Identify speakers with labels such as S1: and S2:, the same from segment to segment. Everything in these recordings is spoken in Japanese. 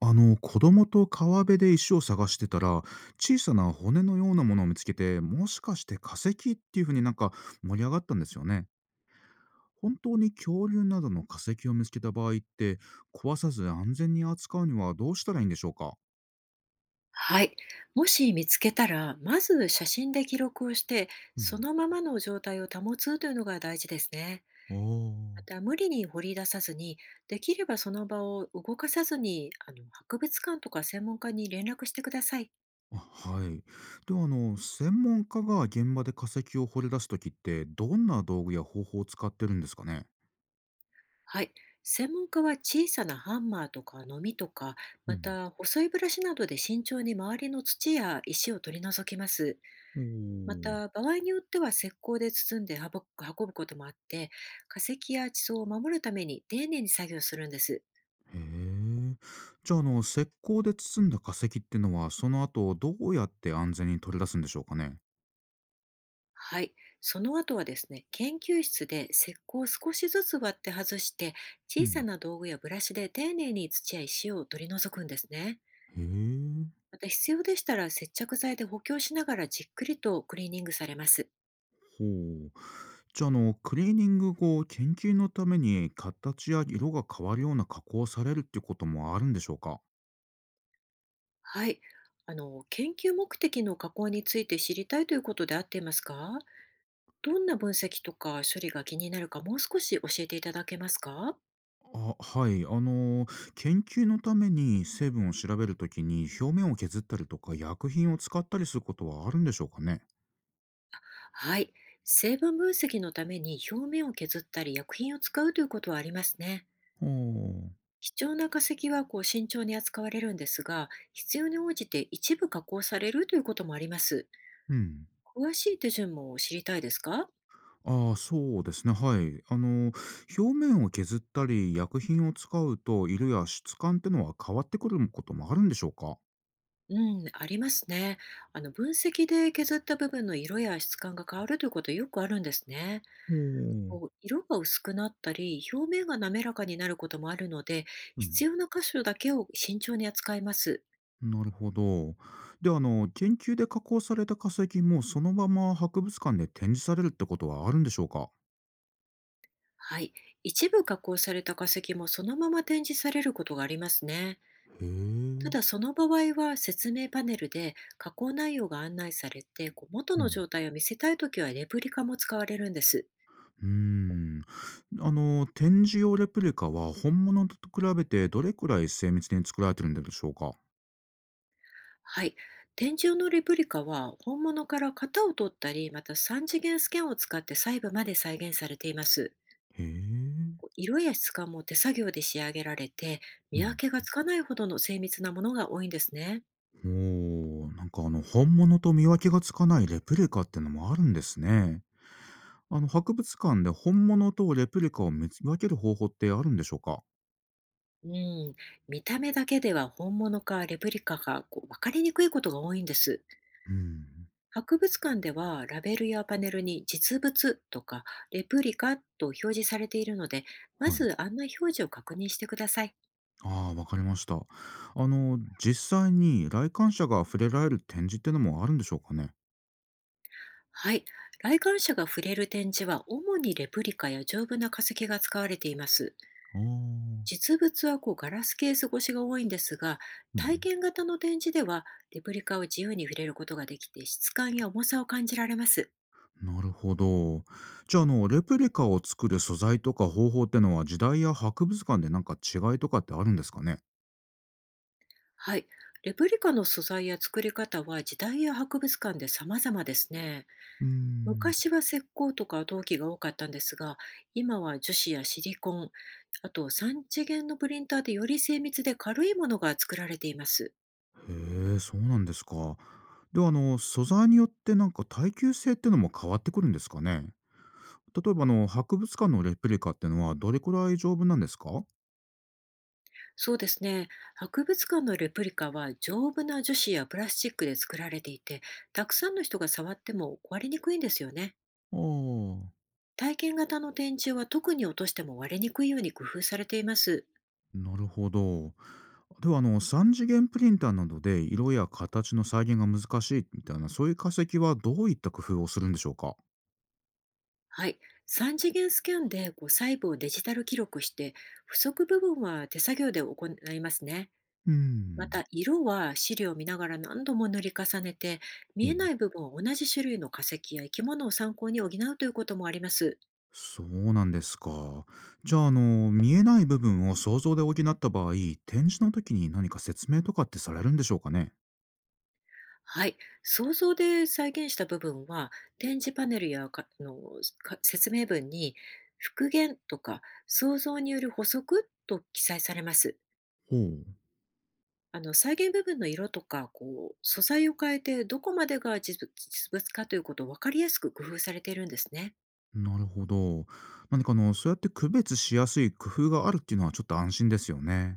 S1: 子供と川辺で石を探してたら、小さな骨のようなものを見つけて、もしかして化石っていうふうになんか盛り上がったんですよね。本当に恐竜などの化石を見つけた場合って、壊さず安全に扱うにはどうしたらいいんでしょうか？
S2: はい。もし見つけたら、まず写真で記録をして、
S1: う
S2: そ
S1: ん。
S2: のままの状態を保つというのが大事ですね。
S1: あ
S2: ま
S1: ー。
S2: た、無理に掘り出さずに、できればその場を動かさずに、あの博物館とか専門家に連絡してください。
S1: あ、はい。では専門家が現場で化石を掘り出す時って、どんな道具や方法を使ってるんですかね？
S2: はい。専門家は小さなハンマーとかノミとか、
S1: う
S2: ま
S1: ん。
S2: た細いブラシなどで慎重に周りの土や石を取り除きます。
S1: お
S2: ま
S1: ー。
S2: た、場合によっては石膏で包んで運ぶこともあって、化石や地層を守るために丁寧に作業するんです。
S1: へえ。じゃあ、石膏で包んだ化石ってのは、その後どうやって安全に取り出すんでしょうかね？
S2: はい。その後はですね、研究室で石膏を少しずつ割って外して、
S1: う
S2: 小さ
S1: ん。
S2: な道具やブラシで丁寧に土や石を取り除くんですね。
S1: へえ。
S2: また、必要でしたら接着剤で補強しながらじっくりとクリーニングされます。
S1: ほう。じゃあ、クリーニング後、研究のために形や色が変わるような加工をされるっていうこともあるんでしょうか？
S2: はい。あの、研究目的の加工について知りたいということであっていますか？どんな分析とか処理が気になるか、もう少し教えていただけますか？
S1: あ、はい。研究のために成分を調べるときに、表面を削ったりとか、薬品を使ったりすることはあるんでしょうかね？
S2: はい。成分分析のために表面を削ったり薬品を使うということはありますね。
S1: ほう、
S2: 貴重な化石はこう慎重に扱われるんですが、必要に応じて一部加工されるということもあります。
S1: うん。
S2: 詳しい手順も知りたいですか？
S1: ああ、そうですね、はい。表面を削ったり、薬品を使うと、色や質感ってのは変わってくることもあるんでしょうか？
S2: うん、ありますね。あの、分析で削った部分の色や質感が変わるということ、よくあるんですね。
S1: おお。
S2: こう色が薄くなったり、表面が滑らかになることもあるので、
S1: うん、
S2: 必要な箇所だけを慎重に扱います。
S1: なるほど。で、研究で加工された化石も、そのまま博物館で展示されるってことはあるんでしょうか？
S2: はい。一部加工された化石もそのまま展示されることがありますね。
S1: へえ。
S2: た
S1: う
S2: だ、その場合は説明パネルで加工内容が案内されて、こう元の状
S1: ん。
S2: 態を見せたいときはレプリカも使われるんです。
S1: うーん。展示用レプリカは、本物と比べてどれくらい精密に作られてるんでしょうか？
S2: はい。展示用のレプリカは本物から型を取ったり、また3次元スキャンを使って細部まで再現されています。
S1: へえ。
S2: 色や質感も手作業で仕上げられて、
S1: う
S2: 見分
S1: ん。
S2: けがつかないほどの精密なものが多いんですね。
S1: おお、なんか本物と見分けがつかないレプリカってのもあるんですね。博物館で本物とレプリカを見分ける方法ってあるんでしょうか？
S2: うん、見た目だけでは本物かレプリカか、こう分かりにくいことが多いんです。
S1: うん。
S2: 博物館ではラベルやパネルに実物とかレプリカと表示されているので、ま
S1: はい。
S2: ず案内表示を確認してください。
S1: ああ、わかりました。実際に来館者が触れられる展示ってのもあるんでしょうかね？
S2: はい。来館者が触れる展示は主にレプリカや丈夫な化石が使われています。
S1: ああー、
S2: 実物はこうガラスケース越しが多いんですが、
S1: う
S2: 体
S1: ん。
S2: 験型の展示ではレプリカを自由に触れることができて、質感や重さを感じられます。
S1: なるほど。じゃあ、レプリカを作る素材とか方法ってのは時代や博物館でなんか違いとかってあるんですかね？
S2: はい。レプリカの素材や作り方は時代や博物館で様々ですね。
S1: うーん。
S2: 昔は石膏とか陶器が多かったんですが、今は樹脂やシリコン、あと3次元のプリンターでより精密で軽いものが作られています。
S1: へえ、そうなんですか。では、素材によってなんか耐久性ってのも変わってくるんですかね？例えば、博物館のレプリカってのはどれくらい丈夫なんですか？ああ、
S2: そうですね。博物館のレプリカは丈夫な樹脂やプラスチックで作られていて、たくさんの人が触っても割れにくいんですよね。体験型の展示は特に、落としても割れにくいように工夫されています。
S1: なるほど。では、3次元プリンターなどで色や形の再現が難しいみたいな、そういう化石はどういった工夫をするんでしょうか？
S2: はい。3次元スキャンでこう細部をデジタル記録して、不足部分は手作業で行いますね。
S1: うー
S2: ま
S1: ん。
S2: た、色は資料を見ながら何度も塗り重ねて、見
S1: ほ
S2: え
S1: う、
S2: ない部分を同じ種類の化石や生き物を参考に補うということもあります。
S1: そうなんですか。じゃあ、見えない部分を想像で補った場合、展示の時に何か説明とかってされるんでしょうかね？
S2: はい、想像で再現した部分は、展示パネルやかあのか説明文に復元とか想像による補足と記載されます。
S1: ほう。
S2: あの、再現部分の色とかこう素材を変えて、どこまでが実物かということを分かりやすく工夫されているんですね。
S1: なるほど。何かそうやって区別しやすい工夫があるっていうのはちょっと安心ですよね。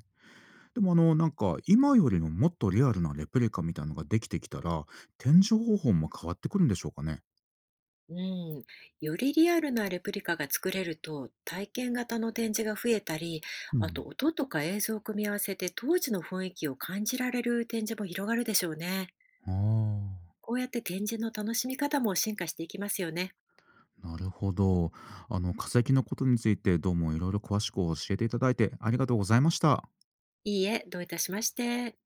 S1: でもなんか今よりのもっとリアルなレプリカみたいなのができてきたら、展示方法も変わってくるんでしょうかね。
S2: うん、よりリアルなレプリカが作れると、体験型の展示が増えたり、
S1: う
S2: あと
S1: ん。
S2: 音とか映像を組み合わせて当時の雰囲気を感じられる展示も広がるでしょうね。
S1: あ
S2: こうやって展示の楽しみ方も進化していきますよね。
S1: あ、なるほど。化石のことについてどうもいろいろ詳しく教えていただいてありがとうございました。
S2: いいえ、どういたしまして。